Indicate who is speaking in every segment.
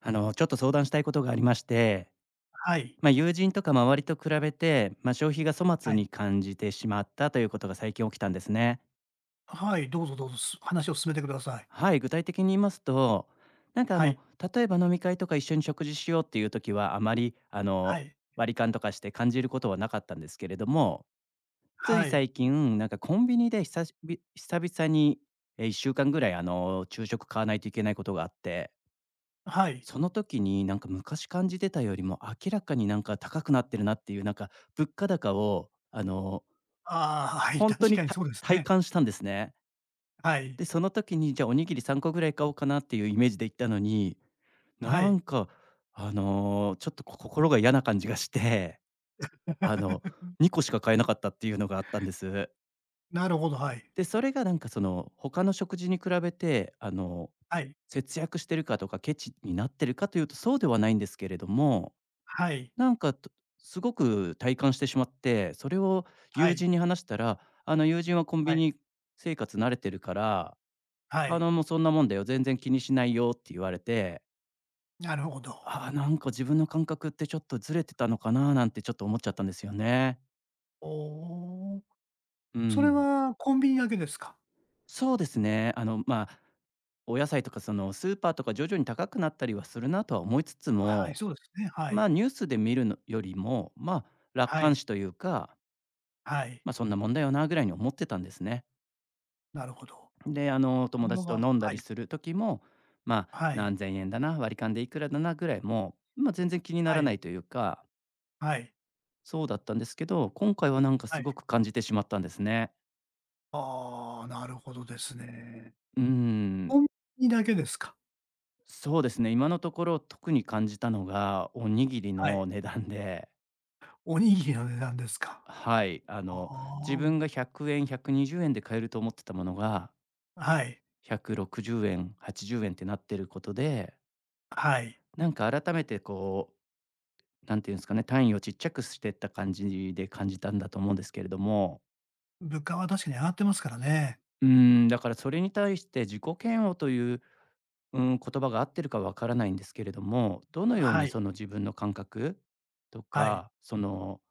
Speaker 1: ちょっと相談したいことがありまして、
Speaker 2: はい。
Speaker 1: まあ、友人とか周りと比べて、まあ、消費が粗末
Speaker 2: はい。
Speaker 1: に感じてしまったということが最近起きたんですね。
Speaker 2: はい、どうぞどうぞ、話を進めてください。
Speaker 1: はい、具体的に言いますと、なんかあ
Speaker 2: は
Speaker 1: の、
Speaker 2: い。
Speaker 1: 例えば飲み会とか一緒に食事しようっていう時は、あまり
Speaker 2: はい。
Speaker 1: 割り勘とかして感じることはなかったんですけれども、つ
Speaker 2: は
Speaker 1: い
Speaker 2: い。
Speaker 1: 最近、なんかコンビニで久しぶり久々に、1週間ぐらい昼食買わないといけないことがあって、
Speaker 2: はい。
Speaker 1: その時になんか昔感じてたよりも明らかになんか高くなってるなっていうなんか物価高を
Speaker 2: ああ、はい、
Speaker 1: 本当
Speaker 2: 確
Speaker 1: に
Speaker 2: かに
Speaker 1: た
Speaker 2: そうです
Speaker 1: 体
Speaker 2: ね。
Speaker 1: 感したんですね。
Speaker 2: はい。
Speaker 1: で、その時にじゃあおにぎり3個ぐらい買おうかなっていうイメージで行ったのに、
Speaker 2: は
Speaker 1: な
Speaker 2: い。
Speaker 1: んかちょっと心が嫌な感じがして、あの 2個しか買えなかったっていうのがあったんです。
Speaker 2: なるほど、はい。
Speaker 1: で、それがなんかその他の食事に比べて
Speaker 2: はい。
Speaker 1: 節約してるかとかケチになってるかというとそうではないんですけれども
Speaker 2: はい。
Speaker 1: なんか、とすごく体感してしまって、それを
Speaker 2: は
Speaker 1: 友
Speaker 2: い。
Speaker 1: 人に話したら、あの友人はコン
Speaker 2: は
Speaker 1: ビ
Speaker 2: い。
Speaker 1: ニ生活慣れてるから、
Speaker 2: はい。
Speaker 1: もうそんなもんだよ、全然気にしないよって言われて、
Speaker 2: なるほど。
Speaker 1: ああ、なんか自分の感覚ってちょっとずれてたのかななんてちょっと思っちゃったんですよね。
Speaker 2: おお。
Speaker 1: う
Speaker 2: それ
Speaker 1: ん。
Speaker 2: はコンビニだけですか？
Speaker 1: そうですね。まあ、お野菜とかそのスーパーとか徐々に高くなったりはするなとは思いつつ
Speaker 2: はい、
Speaker 1: も、
Speaker 2: そうですね。は
Speaker 1: ま
Speaker 2: い。
Speaker 1: あニュースで見るのよりも、まあ楽
Speaker 2: は
Speaker 1: 観
Speaker 2: い。
Speaker 1: 視というか、
Speaker 2: はい。
Speaker 1: まあそんなもんだよなぐらいに思ってたんですね。
Speaker 2: なるほど。
Speaker 1: で、
Speaker 2: と
Speaker 1: 友
Speaker 2: ころ
Speaker 1: 達と
Speaker 2: が
Speaker 1: 飲んだ
Speaker 2: はい。
Speaker 1: りする時も、まあ、
Speaker 2: はい。
Speaker 1: 何千円だな、割り勘でいくらだなぐらい、もう、まあ、全然気にな
Speaker 2: は
Speaker 1: ら
Speaker 2: い。
Speaker 1: ないというか、
Speaker 2: はい。
Speaker 1: そうだったんですけど、今回はなんか
Speaker 2: は
Speaker 1: す
Speaker 2: い。
Speaker 1: ごく感じてしまったんですね。
Speaker 2: ああ、なるほどですね。
Speaker 1: うん、
Speaker 2: コンビニだけですか？
Speaker 1: そうですね、今のところ特に感じたのが、おにぎり
Speaker 2: はい。
Speaker 1: の値段で、
Speaker 2: おにぎりの値段ですか。
Speaker 1: はい、自
Speaker 2: あ
Speaker 1: 分が100円、120円で買えると思ってたものが、
Speaker 2: あ、はい、
Speaker 1: 160円、80円ってなってることで、
Speaker 2: はい。
Speaker 1: なんか改めてこう、なんていうんですかね、単位をちっちゃくしてった感じで感じたんだと思うんですけれども、
Speaker 2: 物価は確かに上がってますからね。
Speaker 1: うん、だからそれに対して自己嫌悪という、うん、言葉が合ってるかわからないんですけれども、どのよう
Speaker 2: は
Speaker 1: にそ
Speaker 2: い、
Speaker 1: の自分の感覚と
Speaker 2: はい、
Speaker 1: か、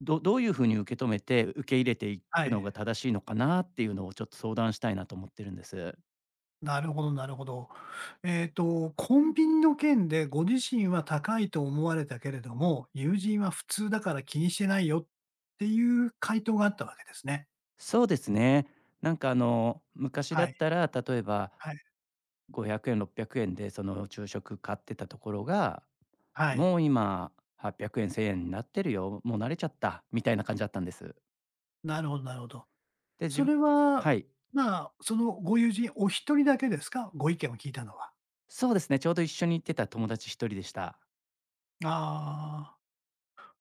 Speaker 1: どういう風に受け止めて受け入れてい
Speaker 2: は
Speaker 1: くの
Speaker 2: い。
Speaker 1: が正しいのかなっていうのをちょっと相談したいなと思ってるんです。
Speaker 2: なるほどなるほど。えっと、コンビニの件でご自身は高いと思われたけれども、友人は普通だから気にしてないよっていう回答があったわけですね。
Speaker 1: そうですね。昔だ
Speaker 2: はい、
Speaker 1: ったら、例えば
Speaker 2: はい、
Speaker 1: 500円、600円でその昼食買ってたところが
Speaker 2: はい。
Speaker 1: もう今800円、1000円になってるよ、もう慣れちゃった、みたいな感じだったんです。
Speaker 2: なるほどなるほど。
Speaker 1: で、自
Speaker 2: そ
Speaker 1: 分
Speaker 2: れは、
Speaker 1: はい。
Speaker 2: まあ、そのご友人お一人だけですか？ご意見を聞いたのは。
Speaker 1: そうですね、ちょうど一緒に行ってた友達一人でした。
Speaker 2: ああ。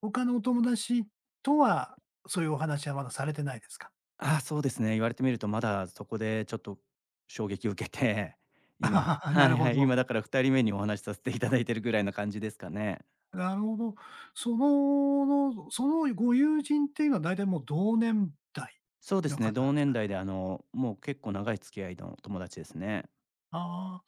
Speaker 2: 他のお友達とは、そういうお話はまだされてないですか？
Speaker 1: ああ、そうですね、言われてみるとまだそこでちょっと衝撃を受けて、今
Speaker 2: あ あ
Speaker 1: は
Speaker 2: なる
Speaker 1: い
Speaker 2: ほ
Speaker 1: はい、
Speaker 2: ど。
Speaker 1: 今だから2人目にお話しさせていただいてるぐらいな感じですかね。
Speaker 2: なるほど。そのご友人っていうのは大体もう同年代
Speaker 1: そうで
Speaker 2: の
Speaker 1: すね、
Speaker 2: 方な
Speaker 1: 同
Speaker 2: んです
Speaker 1: 年
Speaker 2: か？
Speaker 1: 代でもう結構長い付き合いの友達ですね。
Speaker 2: ああ、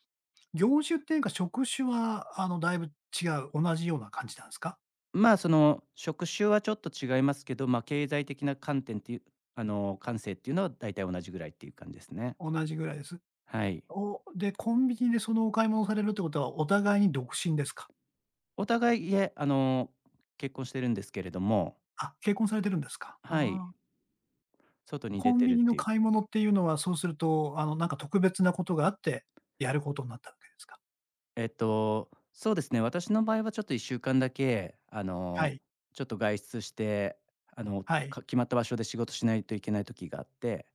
Speaker 2: 業種っていうか職種は、あの、だいぶ違う、同じような感じなんですか？
Speaker 1: まあ、職種はちょっと違いますけど、ま、経済的な観点っていう感性っていうのは大体同じぐらいっていう感じですね。
Speaker 2: 同じぐらいです。
Speaker 1: はい。
Speaker 2: おで、コンビニでそのお買い物をされるってことは、お互いに独身ですか？
Speaker 1: お互い、いえ、結婚してるんですけれども、
Speaker 2: あ、結婚されてるんですか？
Speaker 1: はい、
Speaker 2: ああ。
Speaker 1: 外に
Speaker 2: コ
Speaker 1: 出
Speaker 2: ン
Speaker 1: て
Speaker 2: ビ
Speaker 1: るっ
Speaker 2: ニの
Speaker 1: ていう
Speaker 2: 買い物っていうのは、そうすると、あの、なんか特別なことがあって、やることになったわけですか？
Speaker 1: そうですね、私の場合はちょっと1週間だけ、
Speaker 2: はい。
Speaker 1: ちょっと外出して、
Speaker 2: はい。
Speaker 1: 決まった場所で仕事しないといけない時があって、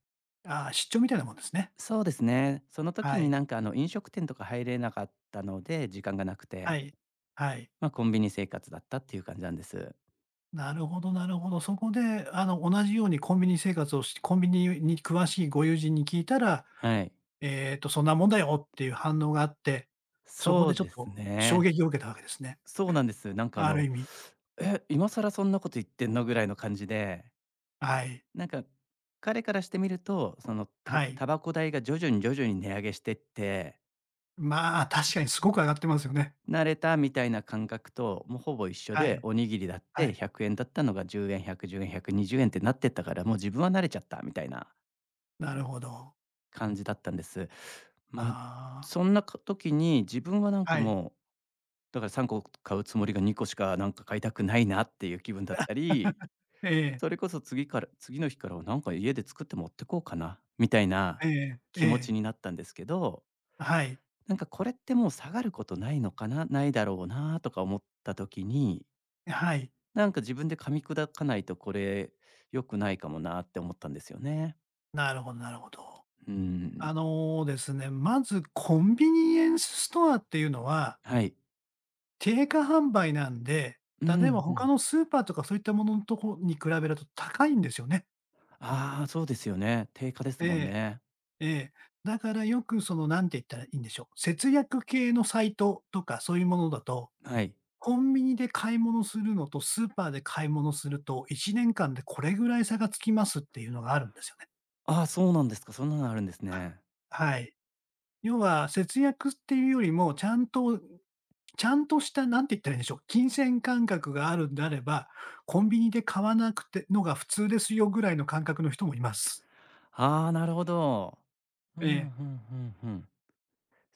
Speaker 2: ああ、出張みたいなもんですね。
Speaker 1: そうですね、その時
Speaker 2: は
Speaker 1: に
Speaker 2: い。
Speaker 1: なんか、飲食店とか入れなかったので、時間がなく
Speaker 2: は
Speaker 1: て。
Speaker 2: い。はい。
Speaker 1: まあ、コンビニ生活だったっていう感じなんです。
Speaker 2: なるほどなるほど。そこで、あの、同じようにコンビニ生活をしコンビニに詳しいご友人に聞いたら、
Speaker 1: はい。
Speaker 2: えっと、そんなもんだよっていう反応があって、そこ
Speaker 1: そ
Speaker 2: で
Speaker 1: う
Speaker 2: ちょっ
Speaker 1: で
Speaker 2: と
Speaker 1: す
Speaker 2: 衝
Speaker 1: ね。
Speaker 2: 撃を受けたわけですね。
Speaker 1: そうなんです。
Speaker 2: ある意味。
Speaker 1: 「え、今更そんなこと言ってんの？」ぐらいの感じで、
Speaker 2: はい。
Speaker 1: なんか彼からしてみると、
Speaker 2: はい。
Speaker 1: タバコ代が徐々に徐々に値上げしてって、
Speaker 2: まあ、確かにすごく上がってますよね。
Speaker 1: 慣れたみたいな感覚と、もうほぼ一緒
Speaker 2: は
Speaker 1: で、
Speaker 2: い。
Speaker 1: おにぎりだっ
Speaker 2: は
Speaker 1: て
Speaker 2: い。
Speaker 1: 100円だったのが10円、110円、120円ってなってったから、もう自分は慣れちゃったみたいな
Speaker 2: なるほど。
Speaker 1: 感じだったんです。まあ、
Speaker 2: ああ。
Speaker 1: そんな時に自分はなんか
Speaker 2: はい。
Speaker 1: もうだから3個買うつもりが2個しかなんか買いたくないなっていう気分だったり、
Speaker 2: ええ、
Speaker 1: それこそ次の日からはなんか家で作って持ってこうかなみたいな
Speaker 2: ええ、え
Speaker 1: 気持
Speaker 2: え。
Speaker 1: ちになったんですけど、
Speaker 2: はい、
Speaker 1: なんかこれってもう下がることないのかな、ないだろうなとか思った時に、
Speaker 2: はい。
Speaker 1: なんか自分で噛み砕かないとこれ良くないかもなって思ったんですよね。
Speaker 2: なるほどなるほど。
Speaker 1: うん。
Speaker 2: あのですね、まずコンビニエンスストアっていうのは、
Speaker 1: はい。
Speaker 2: 定価販売なんで、
Speaker 1: う
Speaker 2: 例えば
Speaker 1: んう
Speaker 2: 他
Speaker 1: ん。
Speaker 2: のスーパーとかそういったもののとこに比べると高いんですよね。
Speaker 1: ああ、そうですよね。定価です
Speaker 2: え
Speaker 1: もん
Speaker 2: え、
Speaker 1: ね。
Speaker 2: ええ。だからよくそのなんて言ったらいいんでしょう、節約系のサイトとかそういうものだと、
Speaker 1: はい。
Speaker 2: コンビニで買い物するのとスーパーで買い物すると、1年間でこれぐらい差がつきますっていうのがあるんですよね。
Speaker 1: ああ、そうなんですか。そんなのあるんです
Speaker 2: あ、
Speaker 1: ね。
Speaker 2: はい。要は節約っていうよりも、ちゃんとしたなんて言ったらいいんでしょう、金銭感覚があるんであれば、コンビニで買わなくてのが普通ですよぐらいの感覚の人もいます。
Speaker 1: ああ、なるほど。うん、
Speaker 2: え
Speaker 1: う
Speaker 2: え。
Speaker 1: んうんうん。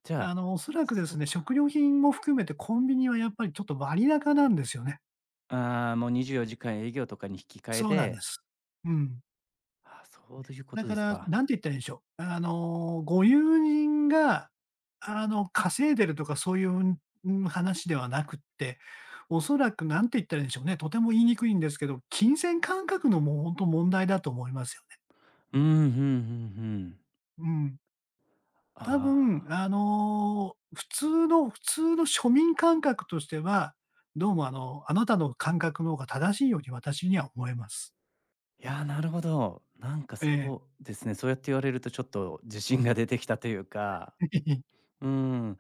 Speaker 1: じゃあ、
Speaker 2: あの、おそらくで
Speaker 1: そ
Speaker 2: すね、
Speaker 1: う
Speaker 2: 食料品も含めてコンビニはやっぱりちょっと割高なんですよね。
Speaker 1: ああ、もう24時間営業とかに引き換え
Speaker 2: そうなんで
Speaker 1: で、
Speaker 2: す。うん。
Speaker 1: あ、そうというこ
Speaker 2: だ
Speaker 1: とで
Speaker 2: か
Speaker 1: す
Speaker 2: ら、
Speaker 1: か。
Speaker 2: なんて言ったらいいんでしょう。あの、ご友人が、あの、稼いでるとかそういう、ん、話ではなくって、おそらくなんて言ったらいいんでしょうね、とても言いにくいんですけど、金銭感覚のもうほんと問題だと思いますよね。
Speaker 1: うん、うんうんうん。
Speaker 2: うん。多
Speaker 1: あ
Speaker 2: 分、
Speaker 1: あ。
Speaker 2: あの、普通の庶民感覚としては、どうもあの、あなたの感覚の方が正しいように私には思えます。
Speaker 1: いや、なるほど。なんか
Speaker 2: ええ。
Speaker 1: そうですね、そうやって言われるとちょっと自信が出てきたというか、うん、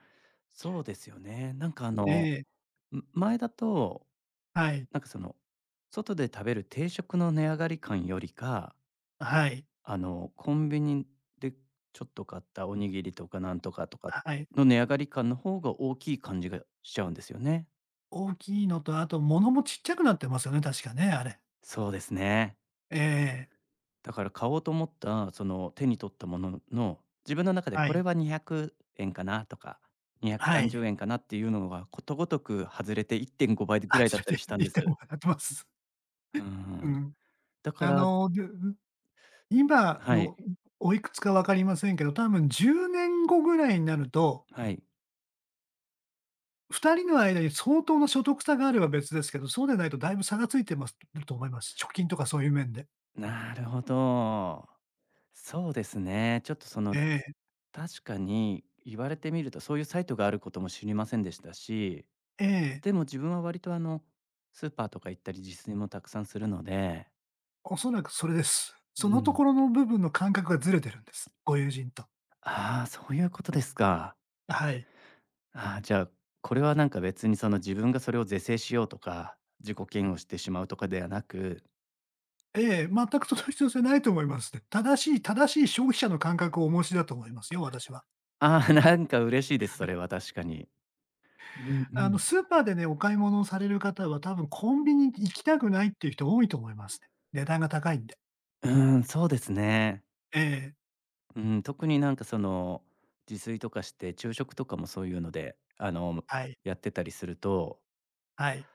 Speaker 1: そうですよね。
Speaker 2: ええ。
Speaker 1: 前だと、
Speaker 2: はい。
Speaker 1: なんかその、外で食べる定食の値上がり感よりか
Speaker 2: はい。
Speaker 1: コンビニでちょっと買ったおにぎりとかなんとかとか
Speaker 2: はい。
Speaker 1: の値上がり感の方が大きい感じがしちゃうんですよね。
Speaker 2: 大きいのと、あと物もちっちゃくなってますよね、確かね、あれ。
Speaker 1: そうですね。
Speaker 2: ええ。
Speaker 1: だから買おうと思ったその手に取ったものの、自分の中で
Speaker 2: は
Speaker 1: これ
Speaker 2: い。
Speaker 1: は200円かなとか、
Speaker 2: は
Speaker 1: 230
Speaker 2: い。
Speaker 1: 円かなっていうのがことごとく外れて1.5倍
Speaker 2: あ、
Speaker 1: ぐらいだっ
Speaker 2: 連
Speaker 1: た
Speaker 2: れ
Speaker 1: り
Speaker 2: て
Speaker 1: したん
Speaker 2: 行
Speaker 1: で
Speaker 2: っても
Speaker 1: す。
Speaker 2: らってます。
Speaker 1: う
Speaker 2: う
Speaker 1: ん。
Speaker 2: ん。
Speaker 1: だか
Speaker 2: あ
Speaker 1: ら
Speaker 2: の、で、今
Speaker 1: はい、
Speaker 2: のおいくつか分かりませんけど、多分10年後ぐらいになると、
Speaker 1: はい。
Speaker 2: 2人の間に相当の所得差があれば別ですけど、そうでないとだいぶ差がついてますると思います。貯金とかそういう面で。
Speaker 1: なるほど。そうですね。ちょっと
Speaker 2: え
Speaker 1: 確かに言われてみると、そういうサイトがあることも知りませんでしたし、
Speaker 2: え、ええ、
Speaker 1: でも自分は割とスーパーとか行ったり自炊もたくさんするので、
Speaker 2: おそらくそれです。
Speaker 1: う
Speaker 2: そのと
Speaker 1: ん。
Speaker 2: ころの部分の感覚がずれてるんです。ご友人と。
Speaker 1: ああ、そういうことですか。
Speaker 2: はい。
Speaker 1: ああ、じゃあ、これはなんか別にその自分がそれを是正しようとか、自己嫌悪してしまうとかではなく、
Speaker 2: ええ、全くその必要性ないと思いますね。正しい消費者の感覚をお持ちだと思いますよ、私は。
Speaker 1: ああ、なんか嬉しいです、それは確かに。うんう
Speaker 2: あの、
Speaker 1: ん。
Speaker 2: スーパーでね、お買い物をされる方は、多分コンビニ行きたくないっていう人多いと思いますね。値段が高いんで。
Speaker 1: うん、そうですね。
Speaker 2: ええ、
Speaker 1: うん、特になんか自炊とかして、昼食とかもそういうので、
Speaker 2: はい、
Speaker 1: やってたりすると、
Speaker 2: はい、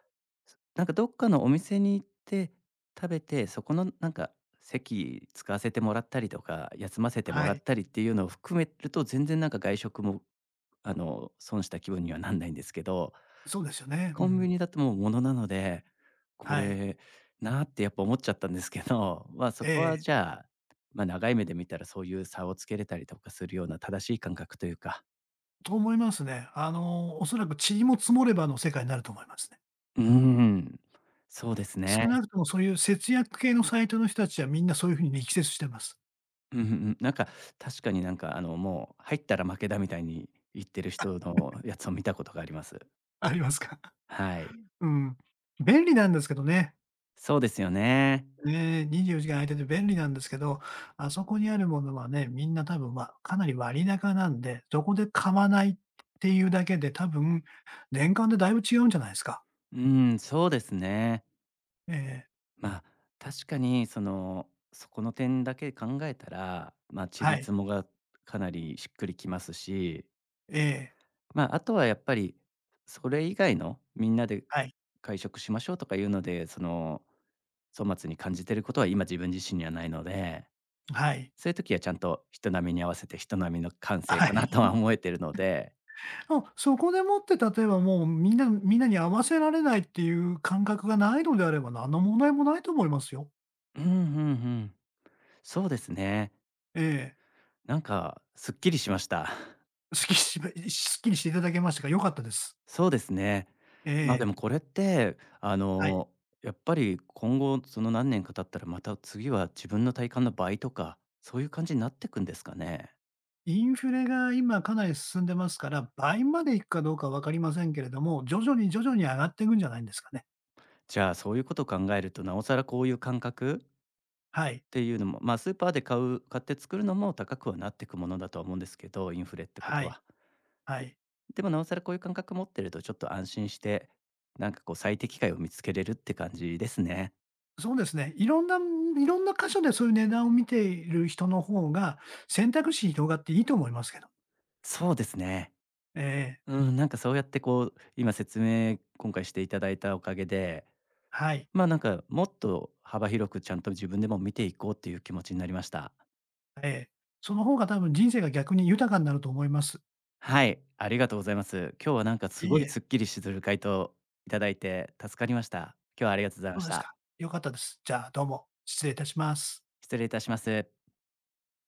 Speaker 1: なんかどっかのお店に行って食べて、そこのなんか席使わせてもらったりとか、休ませて
Speaker 2: は
Speaker 1: もら
Speaker 2: い。
Speaker 1: ったりっていうのを含めると、全然なんか外食も、損した気分にはなんないんですけど、
Speaker 2: そうですよね。う
Speaker 1: コンビ
Speaker 2: ん。
Speaker 1: ニだともう物なので、こ
Speaker 2: はい。
Speaker 1: れなってやっぱ思っちゃったんですけど、まあ、そ
Speaker 2: え
Speaker 1: こ
Speaker 2: え、
Speaker 1: はじゃあ、ま、長い目で見たらそういう差をつけれたりとかするような正しい感覚というか、
Speaker 2: と思いますね。あの、おそらく塵も積もればの世界になると思いますね。
Speaker 1: うーん、そうです
Speaker 2: 少な
Speaker 1: ね。
Speaker 2: くともそういう節約系のサイトの人たちはみんなそういうふうに力説してます。
Speaker 1: うんうんうん。なんか確かにもう入ったら負けだみたいに言ってる人のやつを見たことがあります。
Speaker 2: ありますか？
Speaker 1: はい。
Speaker 2: うん。便利なんですけどね。
Speaker 1: そうですよね。
Speaker 2: ねえ、24時間空いてて便利なんですけど、あそこにあるものはね、みんな多分、ま、かなり割高なんで、そこで買わないっていうだけで、多分年間でだいぶ違うんじゃないですか。
Speaker 1: うん、そうですね。
Speaker 2: ええ、
Speaker 1: まあ、確かにそこの点だけ考えたら、まあ、ち
Speaker 2: は
Speaker 1: り
Speaker 2: い。
Speaker 1: つもがかなりしっくりきますし、
Speaker 2: ええ、
Speaker 1: まあ、あとはやっぱり、それ以外のみんなで
Speaker 2: はい、
Speaker 1: 会食しましょうとかいうので、粗末に感じてることは今自分自身にはないので、
Speaker 2: はい、
Speaker 1: そういう時はちゃんと人並みに合わせて人並みの感性
Speaker 2: は
Speaker 1: かなと
Speaker 2: い。
Speaker 1: は思えてるので、
Speaker 2: うん、そこでもって例えばもうみんなに合わせられないっていう感覚がないのであれば、何の問題もないと思いますよ。
Speaker 1: うんうんうん、そうですね。
Speaker 2: ええ。
Speaker 1: なんかすっきりしました。
Speaker 2: すっきりしていただけましたか？良かったです。
Speaker 1: そうですね。
Speaker 2: え
Speaker 1: まあ、で
Speaker 2: え、
Speaker 1: もこれって、
Speaker 2: はい。
Speaker 1: やっぱり今後その何年か経ったらまた次は自分の体感の倍とか、そういう感じになってくんですかね？
Speaker 2: インフレが今かなり進んでますから、倍までいくかどうか分かりませんけれども、徐々に徐々に上がっていくんじゃないんですかね。
Speaker 1: じゃあ、そういうことを考えると、なおさらこういう感覚っ
Speaker 2: はい。
Speaker 1: ていうのも、まあ、スーパーで買って作るのも高くはなってくものだとは思うんですけど、インフレってこ
Speaker 2: は
Speaker 1: と
Speaker 2: い。
Speaker 1: は。
Speaker 2: は
Speaker 1: で
Speaker 2: い。
Speaker 1: でもなおさらこういう感覚持ってるとちょっと安心して、なんかこう最適解を見つけれるって感じですね。
Speaker 2: そうですね。いろんな、いろんな箇所でそういう値段を見ている人の方が、選択肢広がっていいと思いますけど。
Speaker 1: そうですね。
Speaker 2: ええ。
Speaker 1: うん、なんかそうやってこう、今説明今回していただいたおかげで、
Speaker 2: はい。
Speaker 1: まあ、なんかもっと幅広くちゃんと自分でも見ていこうっていう気持ちになりました。
Speaker 2: ええ。その方が多分人生が逆に豊かになると思います。
Speaker 1: はい、ありがとうございます。今日はなんかす
Speaker 2: い
Speaker 1: ご
Speaker 2: えい
Speaker 1: い
Speaker 2: え、
Speaker 1: すっきりする回答いただいて助かりました。今日はありがとうございま
Speaker 2: そう
Speaker 1: し
Speaker 2: です
Speaker 1: た。
Speaker 2: か。良かったです。じゃあどうも、失礼いたします。
Speaker 1: 失礼いたします。